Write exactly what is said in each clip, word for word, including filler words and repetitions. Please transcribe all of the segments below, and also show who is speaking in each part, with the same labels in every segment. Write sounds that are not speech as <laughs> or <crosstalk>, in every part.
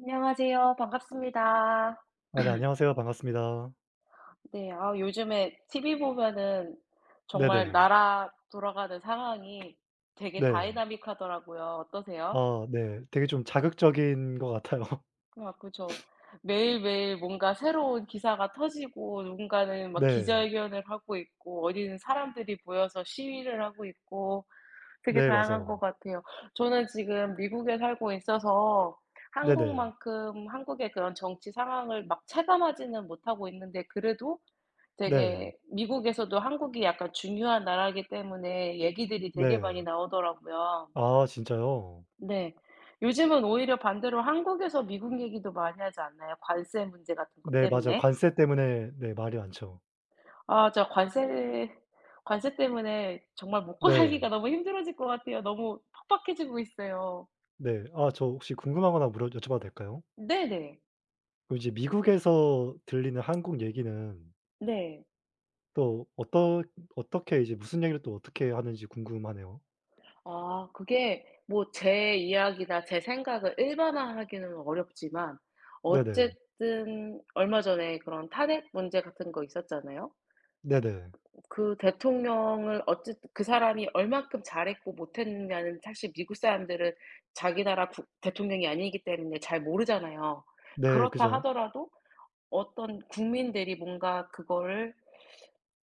Speaker 1: 안녕하세요. 반갑습니다.
Speaker 2: 아 네 안녕하세요. 반갑습니다.
Speaker 1: 네. 아, 요즘에 티비 보면은 정말
Speaker 2: 네네.
Speaker 1: 나라 돌아가는 상황이 되게
Speaker 2: 네.
Speaker 1: 다이나믹하더라고요. 어떠세요?
Speaker 2: 아 네. 되게 좀 자극적인 것 같아요. <laughs>
Speaker 1: 그고저 매일매일 뭔가 새로운 기사가 터지고, 누군가는 막
Speaker 2: 네.
Speaker 1: 기자회견을 하고 있고, 어디는 사람들이 모여서 시위를 하고 있고 되게
Speaker 2: 네
Speaker 1: 다양한 것
Speaker 2: 맞아요.
Speaker 1: 같아요. 저는 지금 미국에 살고 있어서
Speaker 2: 네네.
Speaker 1: 한국만큼 한국의 그런 정치 상황을 막 체감하지는 못하고 있는데, 그래도
Speaker 2: 네.
Speaker 1: 되게 미국에서도 한국이 약간 중요한 나라이기 때문에 얘기들이 되게 많이
Speaker 2: 네.
Speaker 1: 나오더라고요.
Speaker 2: 아 진짜요?
Speaker 1: 네. 요즘은 오히려 반대로 한국에서 미국 얘기도 많이 하지 않나요? 관세 문제 같은 것
Speaker 2: 네 맞아요.
Speaker 1: 때문에.
Speaker 2: 관세 때문에 네 말이 많죠.
Speaker 1: 아, 저 관세 관세 때문에 정말 먹고 살기가
Speaker 2: 네.
Speaker 1: 너무 힘들어질 것 같아요. 너무 팍팍해지고 있어요.
Speaker 2: 네. 아 저 혹시 궁금한 거 하나 물어 여쭤봐도 될까요?
Speaker 1: 네네.
Speaker 2: 그럼 이제 미국에서 들리는 한국 얘기는
Speaker 1: 네.
Speaker 2: 또 어떠 어떻게 이제 무슨 얘기를 또 어떻게 하는지 궁금하네요.
Speaker 1: 아, 그게 뭐 제 이야기나 제 생각을 일반화하기는 어렵지만
Speaker 2: 네네.
Speaker 1: 어쨌든 얼마 전에 그런 탄핵 문제 같은 거 있었잖아요.
Speaker 2: 네네.
Speaker 1: 그 대통령을, 어쨌든 그 사람이 얼만큼 잘했고 못했느냐는 사실 미국 사람들은 자기 나라 국 대통령이 아니기 때문에 잘 모르잖아요.
Speaker 2: 네
Speaker 1: 그렇다
Speaker 2: 그죠.
Speaker 1: 하더라도 어떤 국민들이 뭔가 그거를,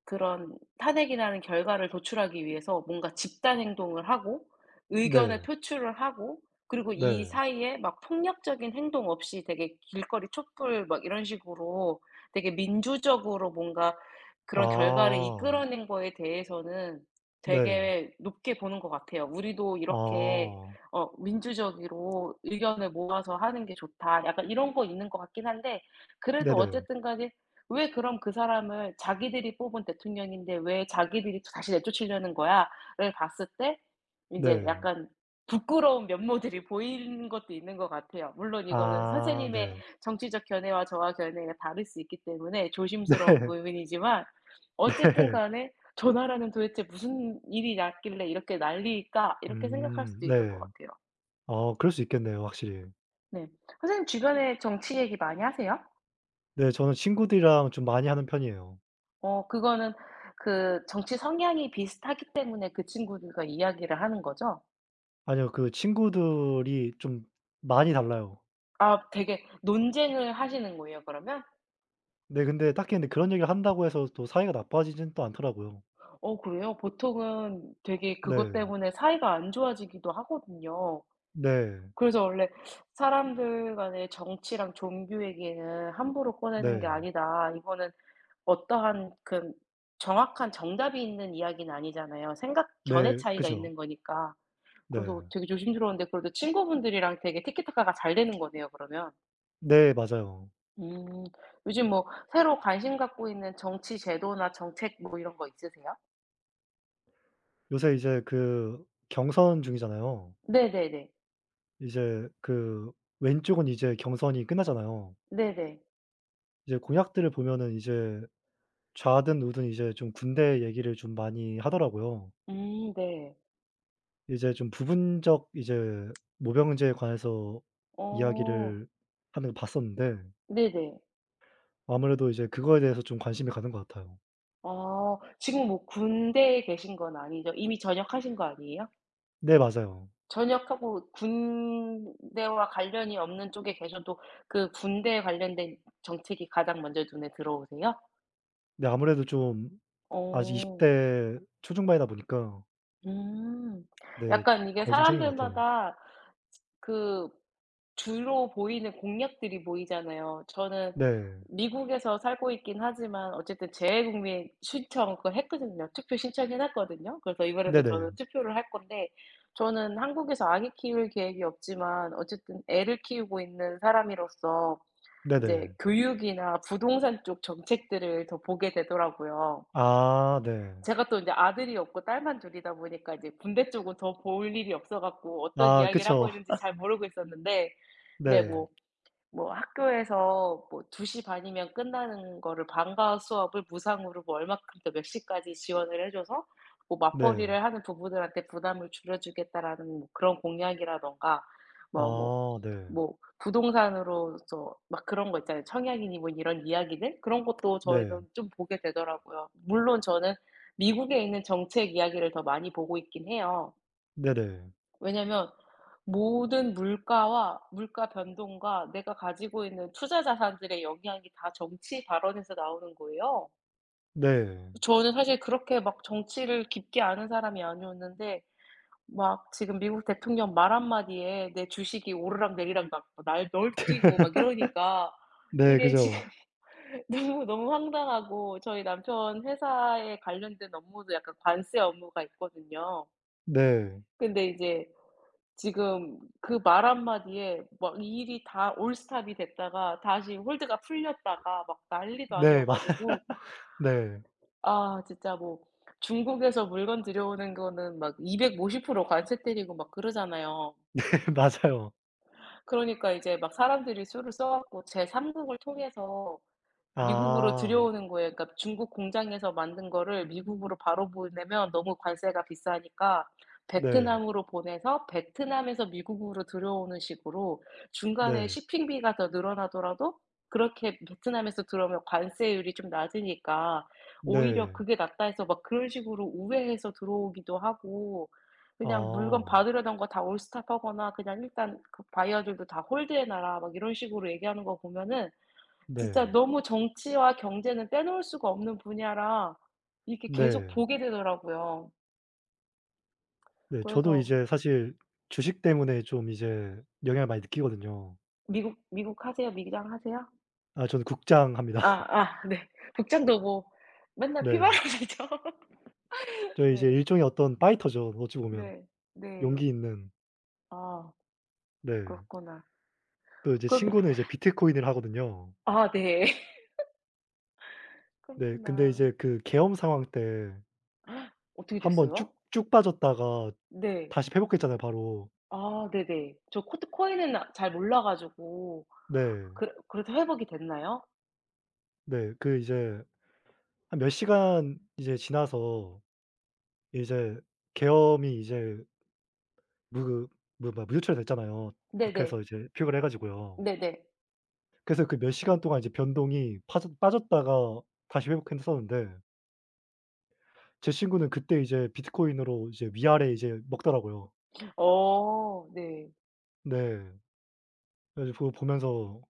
Speaker 1: 그런 탄핵이라는 결과를 도출하기 위해서 뭔가 집단 행동을 하고 의견을
Speaker 2: 네.
Speaker 1: 표출을 하고, 그리고 이
Speaker 2: 네.
Speaker 1: 사이에 막 폭력적인 행동 없이 되게 길거리 촛불 막 이런 식으로 되게 민주적으로 뭔가 그런 결과를
Speaker 2: 아.
Speaker 1: 이끌어낸 거에 대해서는
Speaker 2: 네.
Speaker 1: 되게 높게 보는 것 같아요. 우리도 이렇게
Speaker 2: 아.
Speaker 1: 어 민주적으로 의견을 모아서 하는 게 좋다, 약간 이런 거 있는 것 같긴 한데, 그래도
Speaker 2: 네네.
Speaker 1: 어쨌든 간에 왜 그럼 그 사람을 자기들이 뽑은 대통령인데 왜 자기들이 다시 내쫓으려는 거야?"를 봤을 때 인제
Speaker 2: 네.
Speaker 1: 약간 부끄러운 면모들이 보이는 것도 있는 것 같아요. 물론 이거는
Speaker 2: 아
Speaker 1: 선생님의
Speaker 2: 네.
Speaker 1: 정치적 견해와 저와 견해가 다를 수 있기 때문에
Speaker 2: <laughs>
Speaker 1: 조심스러운
Speaker 2: 네.
Speaker 1: 부분이지만, 어쨌든
Speaker 2: 네.
Speaker 1: 간에 '저 나라는 도대체 무슨 일이 났길래 이렇게 난리일까?' 이렇게 생각할
Speaker 2: 음
Speaker 1: 수도 있는 것
Speaker 2: 네.
Speaker 1: 같아요.
Speaker 2: 아 그럴 수 있겠네요 확실히.
Speaker 1: 네. 선생님, 주변에 정치 얘기 많이 하세요?
Speaker 2: 네 저는 친구들이랑 좀 많이 하는 편이에요.
Speaker 1: 어, 그거는 그 정치 성향이 비슷하기 때문에 그 친구들과 이야기를 하는 거죠?
Speaker 2: 아니요 그 친구들이 좀 많이 달라요.
Speaker 1: 아, 되게 논쟁을 하시는 거예요 그러면?
Speaker 2: 네 근데 딱히 근데 그런 얘기를 한다고 해서 또 사이가 나빠지진 또 않더라고요.
Speaker 1: 어 그래요? 보통은 되게 그것
Speaker 2: 네.
Speaker 1: 때문에 사이가 안 좋아지기도 하거든요.
Speaker 2: 네.
Speaker 1: 그래서 원래 사람들 간의 정치랑 종교 얘기는 함부로 꺼내는 게
Speaker 2: 네.
Speaker 1: 아니다. 이거는 어떠한 그 정확한 정답이 있는 이야기는 아니잖아요. 생각 견해
Speaker 2: 네.
Speaker 1: 차이가
Speaker 2: 그죠.
Speaker 1: 있는 거니까. 그래서
Speaker 2: 네.
Speaker 1: 되게 조심스러운데 그래도 친구분들이랑 되게 티키타카가 잘 되는 거네요 그러면.
Speaker 2: 네 맞아요.
Speaker 1: 음. 요즘 뭐 새로 관심 갖고 있는 정치 제도나 정책 뭐 이런 거 있으세요?
Speaker 2: 요새 이제 그 경선 중이잖아요.
Speaker 1: 네네네.
Speaker 2: 이제 그 왼쪽은 이제 경선이 끝나잖아요.
Speaker 1: 네네.
Speaker 2: 이제 공약들을 보면은 이제 좌든 우든 이제 좀 군대 얘기를 좀 많이 하더라고요.
Speaker 1: 음 네.
Speaker 2: 이제 좀 부분적 이제 모병제에 관해서
Speaker 1: 어.
Speaker 2: 이야기를 하는 걸 봤었는데
Speaker 1: 네네.
Speaker 2: 아무래도 이제 그거에 대해서 좀 관심이 가는 것 같아요.
Speaker 1: 아, 지금 뭐 군대에 계신 건 아니죠? 이미 전역하신 거 아니에요?
Speaker 2: 네 맞아요.
Speaker 1: 전역하고 군대와 관련이 없는 쪽에 계셔도 그 군대에 관련된 정책이 가장 먼저 눈에 들어오세요?
Speaker 2: 네 아무래도 좀 아직 20
Speaker 1: 어.
Speaker 2: 대 초중반이다 보니까
Speaker 1: 음.
Speaker 2: 네
Speaker 1: 약간 이게
Speaker 2: 관심이 생긴 것 같아요.
Speaker 1: 사람들마다 그 주로 보이는 공약들이 보이잖아요. 저는
Speaker 2: 네.
Speaker 1: 미국에서 살고 있긴 하지만 어쨌든 재외국민 신청 그걸 했거든요. 투표 신청해 놨거든요. 그래서 이번에도 저는
Speaker 2: 네네.
Speaker 1: 투표를 할 건데 저는 한국에서 아기 키울 계획이 없지만 어쨌든 애를 키우고 있는 사람으로서 이제
Speaker 2: 네네.
Speaker 1: 교육이나 부동산 쪽 정책들을 더 보게 되더라고요.
Speaker 2: 아 네.
Speaker 1: 제가 또 이제 아들이 없고 딸만 둘이다 보니까 이제 군대 쪽은 더 볼 일이 없어 갖고 어떤
Speaker 2: 아
Speaker 1: 이야기를 하고
Speaker 2: 그쵸.
Speaker 1: 있는지
Speaker 2: <laughs>
Speaker 1: 잘 모르고 있었는데. 네,
Speaker 2: 네.
Speaker 1: 뭐 뭐 학교에서 뭐두 시 반이면 끝나는 거를 방과 수업을 무상으로 뭐 얼마큼부터 몇 시까지 지원을 해 줘서 뭐
Speaker 2: 네.
Speaker 1: 맞벌이를 하는 부부들한테 부담을 줄여주겠다라는 뭐 그런 공약이라든가, 뭐뭐
Speaker 2: 아 네.
Speaker 1: 뭐 부동산으로서 막 그런 거 있잖아요. 청약이니 뭐 이런 이야기들 그런 것도
Speaker 2: 네.
Speaker 1: 저희는 좀 보게 되더라고요. 물론 저는 미국에 있는 정책 이야기를 더 많이 보고 있긴 해요.
Speaker 2: 네네.
Speaker 1: 왜냐면 모든 물가와 물가 변동과 내가 가지고 있는 투자 자산들의 영향이 다 정치 발언에서 나오는 거예요.
Speaker 2: 네.
Speaker 1: 저는 사실 그렇게 막 정치를 깊게 아는 사람이 아니었는데 막 지금 미국 대통령 말 한마디에 내 주식이 오르락내리락 막 날 널뛰고 막 이러니까
Speaker 2: 네
Speaker 1: 이게 지금
Speaker 2: 그죠.
Speaker 1: <laughs> 너무 너무 황당하고, 저희 남편 회사에 관련된 업무도 약간 관세 업무가 있거든요.
Speaker 2: 네.
Speaker 1: 근데 이제 지금 그 말 한마디에 막 이 일이 다 올스톱이 됐다가 다시 홀드가 풀렸다가 막 난리도 아니어
Speaker 2: 네. 맞
Speaker 1: 가지고
Speaker 2: 네.
Speaker 1: 아, 진짜 뭐 중국에서 물건 들여오는 거는 막 이백오십 퍼센트 관세 때리고 막 그러잖아요.
Speaker 2: <laughs> 맞아요.
Speaker 1: 그러니까 이제 막 사람들이 수를 써 갖고 제삼 국을 통해서 미국으로
Speaker 2: 아.
Speaker 1: 들여오는 거예요. 그러니까 중국 공장에서 만든 거를 미국으로 바로 보내면 너무 관세가 비싸니까
Speaker 2: 네.
Speaker 1: 베트남으로 보내서 베트남에서 미국으로 들여오는 식으로 중간에
Speaker 2: 네.
Speaker 1: shipping비가 더 늘어나더라도 그렇게 베트남에서 들어오면 관세율이 좀 낮으니까 오히려
Speaker 2: 네.
Speaker 1: 그게 낫다 해서 막 그런 식으로 우회해서 들어오기도 하고, 그냥 물건
Speaker 2: 아.
Speaker 1: 받으려던 거 다 올스톱하거나 그냥 "일단 그 바이어들도 다 홀드해 놔라." 막 이런 식으로 얘기하는 거 보면은
Speaker 2: 네.
Speaker 1: 진짜 너무 정치와 경제는 빼놓을 수가 없는 분야라 이게 렇 계속
Speaker 2: 네.
Speaker 1: 보게 되더라고요.
Speaker 2: 네. 저도
Speaker 1: 그래서
Speaker 2: 이제 사실 주식 때문에 좀 이제 영향을 많이 느끼거든요.
Speaker 1: "미국 미국 하세요? 미장 하세요?"
Speaker 2: 아 저는 국장합니다.
Speaker 1: 아
Speaker 2: <laughs>
Speaker 1: 아 네. 복장도 뭐 맨날
Speaker 2: 네.
Speaker 1: 피바람이죠. <laughs>
Speaker 2: 저희 이제
Speaker 1: 네.
Speaker 2: 일종의 어떤 파이터죠 어찌 보면.
Speaker 1: 네. 네.
Speaker 2: 용기 있는.
Speaker 1: 아,
Speaker 2: 네.
Speaker 1: 그렇구나.
Speaker 2: 또 이제
Speaker 1: 그럼
Speaker 2: 친구는 이제 비트코인을 하거든요.
Speaker 1: 아 네.
Speaker 2: 네. 근데
Speaker 1: 그렇구나.
Speaker 2: 이제 그 계엄 상황 때
Speaker 1: 어떻게
Speaker 2: 한번 쭉
Speaker 1: 됐어요?
Speaker 2: 쭉 빠졌다가
Speaker 1: 네.
Speaker 2: 다시 회복했잖아요 바로.
Speaker 1: 아 네네. 저 코트 코인은 아 잘 몰라 가지고
Speaker 2: 네.
Speaker 1: 그 그래서 회복이 됐나요?
Speaker 2: 네. 그 이제 한 몇 시간 이제 지나서 이제 계엄이 이제 무 무 뭐야 무효처리 됐잖아요.
Speaker 1: 네네.
Speaker 2: 국회에서 이제 표결을 해 가지고요.
Speaker 1: 네네.
Speaker 2: 그래서 그 몇 시간 동안 이제 변동이 파졌 빠졌다가 다시 회복했었는데 제 친구는 그때 이제 비트코인으로 이제 위아래 이제 먹더라고요.
Speaker 1: 어 네.
Speaker 2: 네. 그래서 그거 보면서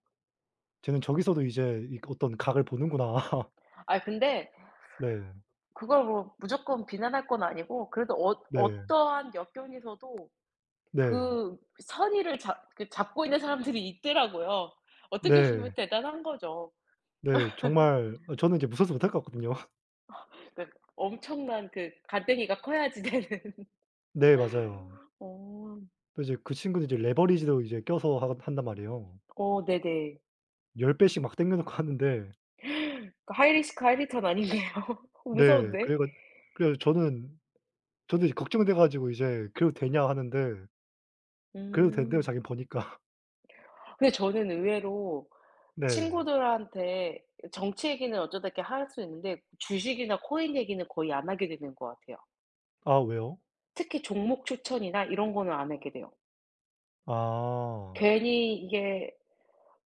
Speaker 2: '쟤는 저기서도 이제 이 어떤 각을 보는구나.' <laughs>
Speaker 1: 아, 근데
Speaker 2: 네.
Speaker 1: 그걸 뭐 무조건 비난할 건 아니고, 그래도 어
Speaker 2: 네.
Speaker 1: 어떠한 역경에서도
Speaker 2: 네.
Speaker 1: 그 선의를 잡 그 잡고 있는 사람들이 있더라고요. 어떻게 보면
Speaker 2: 네.
Speaker 1: 대단한 거죠.
Speaker 2: 네. 정말 어 저는 이제 무서워서 못할 것 같거든요.
Speaker 1: 그 엄청난 그간등이가 커야지 되는. <laughs>
Speaker 2: 네 맞아요.
Speaker 1: 어.
Speaker 2: 또 이제 그 친구는 이제 레버리지도 이제 껴서 하 한단 말이에요.
Speaker 1: 어 네네.
Speaker 2: 십 배씩 막 당겨 놓고 <laughs> 하는데
Speaker 1: 그 하이 리스크 하이 리턴 아니네요. <laughs>
Speaker 2: 네
Speaker 1: 무서운데.
Speaker 2: 그래 가 그래 저는 저도 이제 걱정돼 가지고 이제 "그래도 되냐?" 하는데 그래도 된대요
Speaker 1: 음.
Speaker 2: 자기는 버니까. <laughs>
Speaker 1: 근데 저는 의외로
Speaker 2: 네.
Speaker 1: 친구들한테 정치 얘기는 어쩌다 이렇게 할 수 있는데 주식이나 코인 얘기는 거의 안 하게 되는 것 같아요.
Speaker 2: 아 왜요?
Speaker 1: 특히 종목 추천이나 이런 거는 안 하게 돼요.
Speaker 2: 아.
Speaker 1: 괜히 이게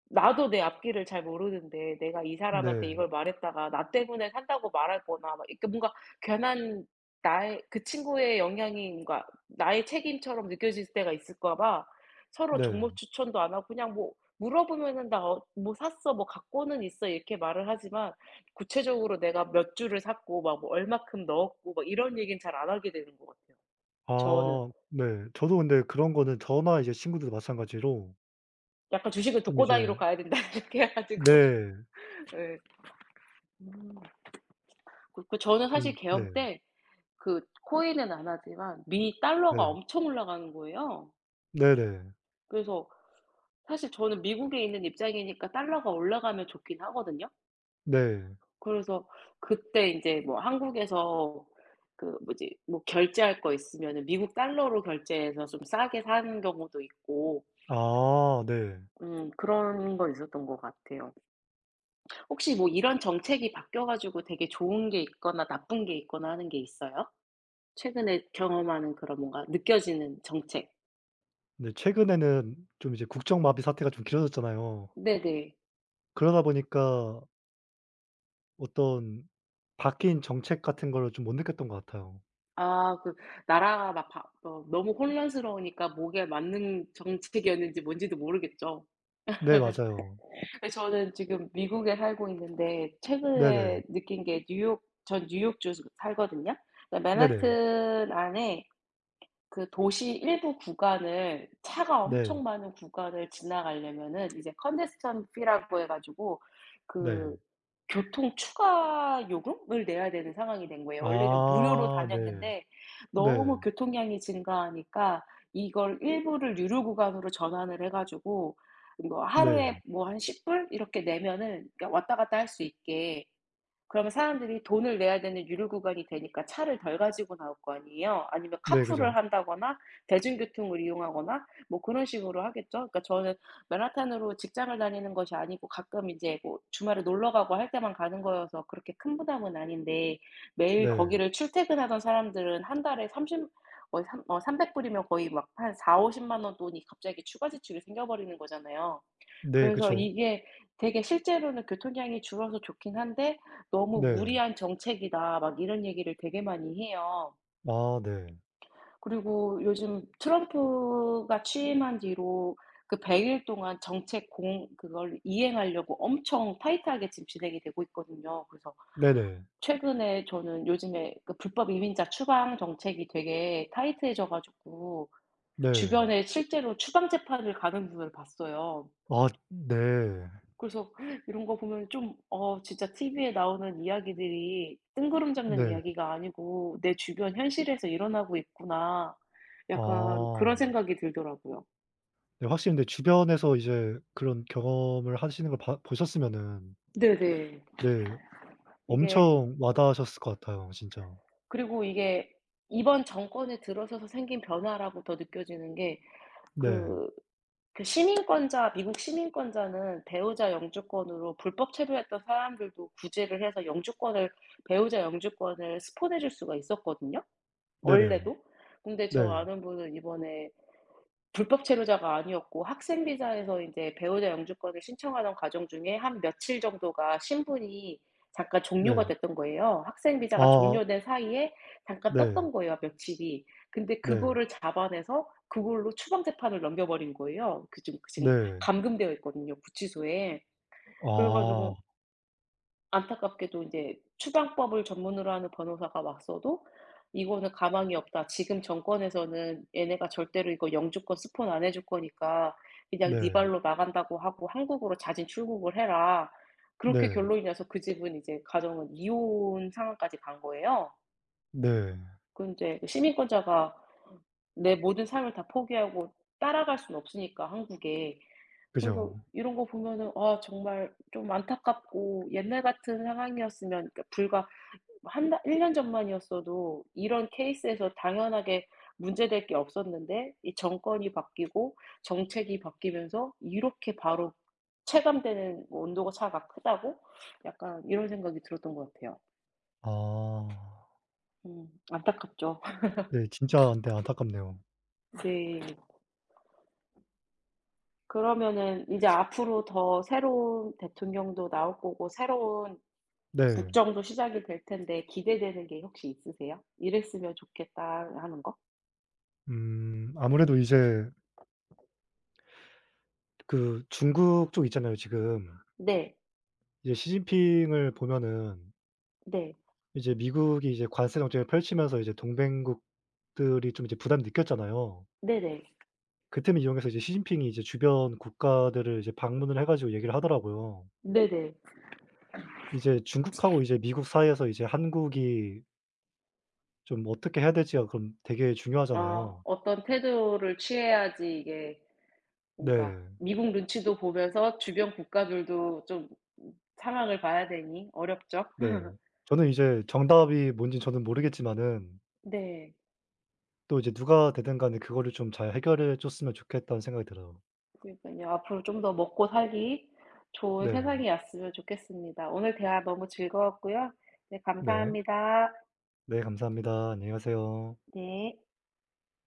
Speaker 1: 나도 내 앞길을 잘 모르는데 내가 이 사람한테
Speaker 2: 네.
Speaker 1: 이걸 말했다가 나 때문에 산다고 말할 거나 막 이렇게 뭔가 괜한 나의, 그 친구의 영향이 뭔가 나의 책임처럼 느껴질 때가 있을까 봐 서로
Speaker 2: 네.
Speaker 1: 종목 추천도 안 하고, 그냥 뭐 물어보면은 "나 어 뭐 샀어. 뭐 갖고는 있어." 이렇게 말을 하지만 구체적으로 내가 몇 주를 샀고 막 뭐 얼마큼 넣었고 막 이런 얘기는 잘 안 하게 되는 것 같아요, 저는.
Speaker 2: 아 네. 저도 근데 그런 거는 저나 이제 친구들도 마찬가지로
Speaker 1: 약간 주식을
Speaker 2: 좀
Speaker 1: 독고
Speaker 2: 이제
Speaker 1: 다니로 가야 된다 <laughs> 이렇게 해 가지고
Speaker 2: 네.
Speaker 1: 예. <laughs> 음. 그 그 저는
Speaker 2: 좀
Speaker 1: 사실 계엄
Speaker 2: 네.
Speaker 1: 때 그 코인은 안 하지만 미 달러가
Speaker 2: 네.
Speaker 1: 엄청 올라가는 거예요.
Speaker 2: 네 네.
Speaker 1: 그래서 사실 저는 미국에 있는 입장이니까 달러가 올라가면 좋긴 하거든요.
Speaker 2: 네.
Speaker 1: 그래서 그때 이제 뭐 한국에서 그 뭐지 뭐 결제할 거 있으면은 미국 달러로 결제해서 좀 싸게 사는 경우도 있고
Speaker 2: 아 네.
Speaker 1: 음 그런 거 있었던 것 같아요. 혹시 뭐 이런 정책이 바뀌어 가지고 되게 좋은 게 있거나 나쁜 게 있거나 하는 게 있어요? 최근에 경험하는 그런 뭔가 느껴지는 정책.
Speaker 2: 근데 최근에는 좀 이제 국정마비 사태가 좀 길어졌잖아요.
Speaker 1: 네네.
Speaker 2: 그러다 보니까 어떤 바뀐 정책 같은 거를 좀 못 느꼈던 것 같아요.
Speaker 1: 아 그 나라가 막 바 어 너무 혼란스러우니까 목에 맞는 정책이었는지 뭔지도 모르겠죠.
Speaker 2: 네 맞아요.
Speaker 1: 근데 저는 지금 미국에 살고 있는데
Speaker 2: 네네.
Speaker 1: 최근에 느낀 게 뉴욕, 전 뉴욕주 살거든요. 그러니까
Speaker 2: 네네.
Speaker 1: 맨하튼 안에 그 도시 일부 구간을, 차가
Speaker 2: 네.
Speaker 1: 엄청 많은 구간을 지나가려면은 이제 컨제스천 fee라고 해 가지고 그
Speaker 2: 네.
Speaker 1: 교통 추가 요금을 내야 되는 상황이 된 거예요. 원래는 무료로
Speaker 2: 아 네.
Speaker 1: 다녔는데 너무
Speaker 2: 네.
Speaker 1: 교통량이 증가하니까 이걸 일부를 유료 구간으로 전환을 해 가지고 이거
Speaker 2: 네.
Speaker 1: 하루에 뭐 한 십 달러 이렇게 내면은, 그러니까 왔다 갔다 할 수 있게. 그러면 사람들이 돈을 내야 되는 유류 구간이 되니까 차를 덜 가지고 나올 거 아니에요. 아니면
Speaker 2: 네
Speaker 1: 카풀을
Speaker 2: 그죠.
Speaker 1: 한다거나 대중교통을 이용하거나 뭐 그런 식으로 하겠죠. 그러니까 저는 맨하탄으로 직장을 다니는 것이 아니고 가끔 이제 뭐 주말에 놀러 가고 할 때만 가는 거여서 그렇게 큰 부담은 아닌데 매일
Speaker 2: 네.
Speaker 1: 거기를 출퇴근하던 사람들은 한 달에 삼십 어 삼 어 삼백 달러 이면 거의 막 한4 5 0만원 돈이 갑자기 추가 지출이 생겨 버리는 거잖아요.
Speaker 2: 네
Speaker 1: 그래서
Speaker 2: 그쵸.
Speaker 1: 이게 되게 실제로는 교통량이 줄어서 좋긴 한데 "너무
Speaker 2: 네.
Speaker 1: 무리한 정책이다." 막 이런 얘기를 되게 많이 해요.
Speaker 2: 아 네.
Speaker 1: 그리고 요즘 트럼프가 취임한 뒤로 그 백 일 동안 정책 공 그걸 이행하려고 엄청 타이트하게 지금 진행이 되고 있거든요. 그래서
Speaker 2: 네네.
Speaker 1: 최근에 저는 요즘에 그 불법 이민자 추방 정책이 되게 타이트해져 가지고
Speaker 2: 네.
Speaker 1: 주변에 실제로 추방 재판을 가는 분을 봤어요.
Speaker 2: 아 네.
Speaker 1: 그래서 이런 거 보면 좀 어 진짜 티비에 나오는 이야기들이 뜬구름 잡는
Speaker 2: 네.
Speaker 1: 이야기가 아니고 '내 주변 현실에서 일어나고 있구나.' 약간 그런
Speaker 2: 아.
Speaker 1: 생각이 들더라고요.
Speaker 2: 네 확실히 근데 주변에서 이제 그런 경험을 하시는 걸 봐 보셨으면은
Speaker 1: 네네.
Speaker 2: 네.
Speaker 1: 이게,
Speaker 2: 엄청 와닿으셨을 것 같아요 진짜.
Speaker 1: 그리고 이게 이번 정권에 들어서서 생긴 변화라고 더 느껴지는 게
Speaker 2: 네.
Speaker 1: 그 그 시민권자, 미국 시민권자는 배우자 영주권으로 불법 체류했던 사람들도 구제를 해서 영주권을, 배우자 영주권을 스폰해 줄 수가 있었거든요.
Speaker 2: 네네.
Speaker 1: 원래도. 근데 저
Speaker 2: 네.
Speaker 1: 아는 분은 이번에 불법 체류자가 아니었고 학생 비자에서 인제 배우자 영주권을 신청하던 과정 중에 한 며칠 정도가 신분이 잠깐 종료가
Speaker 2: 네.
Speaker 1: 됐던 거예요. 학생 비자가
Speaker 2: 아
Speaker 1: 종료된 사이에 잠깐
Speaker 2: 네.
Speaker 1: 떴던 거예요, 며칠이. 근데
Speaker 2: 네.
Speaker 1: 그거를 잡아내서 그걸로 추방 재판을 넘겨버린 거예요. 그 지금, 그 지금
Speaker 2: 네.
Speaker 1: 감금되어 있거든요, 구치소에. 그래
Speaker 2: 아
Speaker 1: 가지고 안타깝게도 이제 추방법을 전문으로 하는 변호사가 왔어도 "이거는 가망이 없다. 지금 정권에서는 얘네가 절대로 이거 영주권 스폰 안 해줄 거니까 그냥 네
Speaker 2: 네.
Speaker 1: 발로 나간다고 하고 한국으로 자진 출국을 해라." 그렇게
Speaker 2: 네.
Speaker 1: 결론이 나서 그 집은, 이제 가정은 이혼 상황까지 간 거예요.
Speaker 2: 네.
Speaker 1: 그런제 시민권자가 내 모든 삶을 다 포기하고 따라갈 수는 없으니까 한국에. 그래서
Speaker 2: 그죠.
Speaker 1: 이런 거 보면은 아 정말 좀 안타깝고, 옛날 같은 상황이었으면, 그러니까 불과 한1달일 년 전만이었어도 이런 케이스에서 당연하게 문제될 게 없었는데 이 정권이 바뀌고 정책이 바뀌면서 이렇게 바로 체감되는 뭐 온도가 차가 크다고? 약간 이런 생각이 들었던 것 같아요.
Speaker 2: 아.
Speaker 1: 음 안타깝죠.
Speaker 2: 네 진짜 근데 안타깝네요.
Speaker 1: <laughs> 네. 그러면은 이제 앞으로 더 새로운 대통령도 나올 거고 새로운
Speaker 2: 네.
Speaker 1: 국정도 시작이 될 텐데 기대되는 게 혹시 있으세요? '이랬으면 좋겠다.' 하는 거?
Speaker 2: 음 아무래도 이제 그 중국 쪽 있잖아요 지금.
Speaker 1: 네.
Speaker 2: 이제 시진핑을 보면은
Speaker 1: 네.
Speaker 2: 이제 미국이 이제 관세 정책을 펼치면서 이제 동맹국들이 좀 이제 부담이 느꼈잖아요.
Speaker 1: 네네.
Speaker 2: 그 틈을 이용해서 이제 시진핑이 이제 주변 국가들을 이제 방문을 해 가지고 얘기를 하더라고요.
Speaker 1: 네네.
Speaker 2: 이제 중국하고 이제 미국 사이에서 이제 한국이 좀 어떻게 해야 될지가 그럼 되게
Speaker 1: 어
Speaker 2: 중요하잖아요.
Speaker 1: 어떤 태도를 취해야지 이게 뭔가
Speaker 2: 네.
Speaker 1: 미국 눈치도 보면서 주변 국가들도 좀 상황을 봐야 되니 어렵죠.
Speaker 2: 네.
Speaker 1: <laughs>
Speaker 2: 저는 이제 정답이 뭔진 저는 모르겠지만은
Speaker 1: 네.
Speaker 2: 또 이제 누가 되든 간에 그거를 좀 잘 해결해 줬으면 좋겠다는 생각이 들어요.
Speaker 1: 그러니까요, 앞으로 좀 더 먹고 살기 좋은
Speaker 2: 네.
Speaker 1: 세상이 왔으면 좋겠습니다. 오늘 대화 너무 즐거웠고요. 네
Speaker 2: 네.
Speaker 1: 감사합니다.
Speaker 2: 네 감사합니다. 안녕히 가세요.
Speaker 1: 네.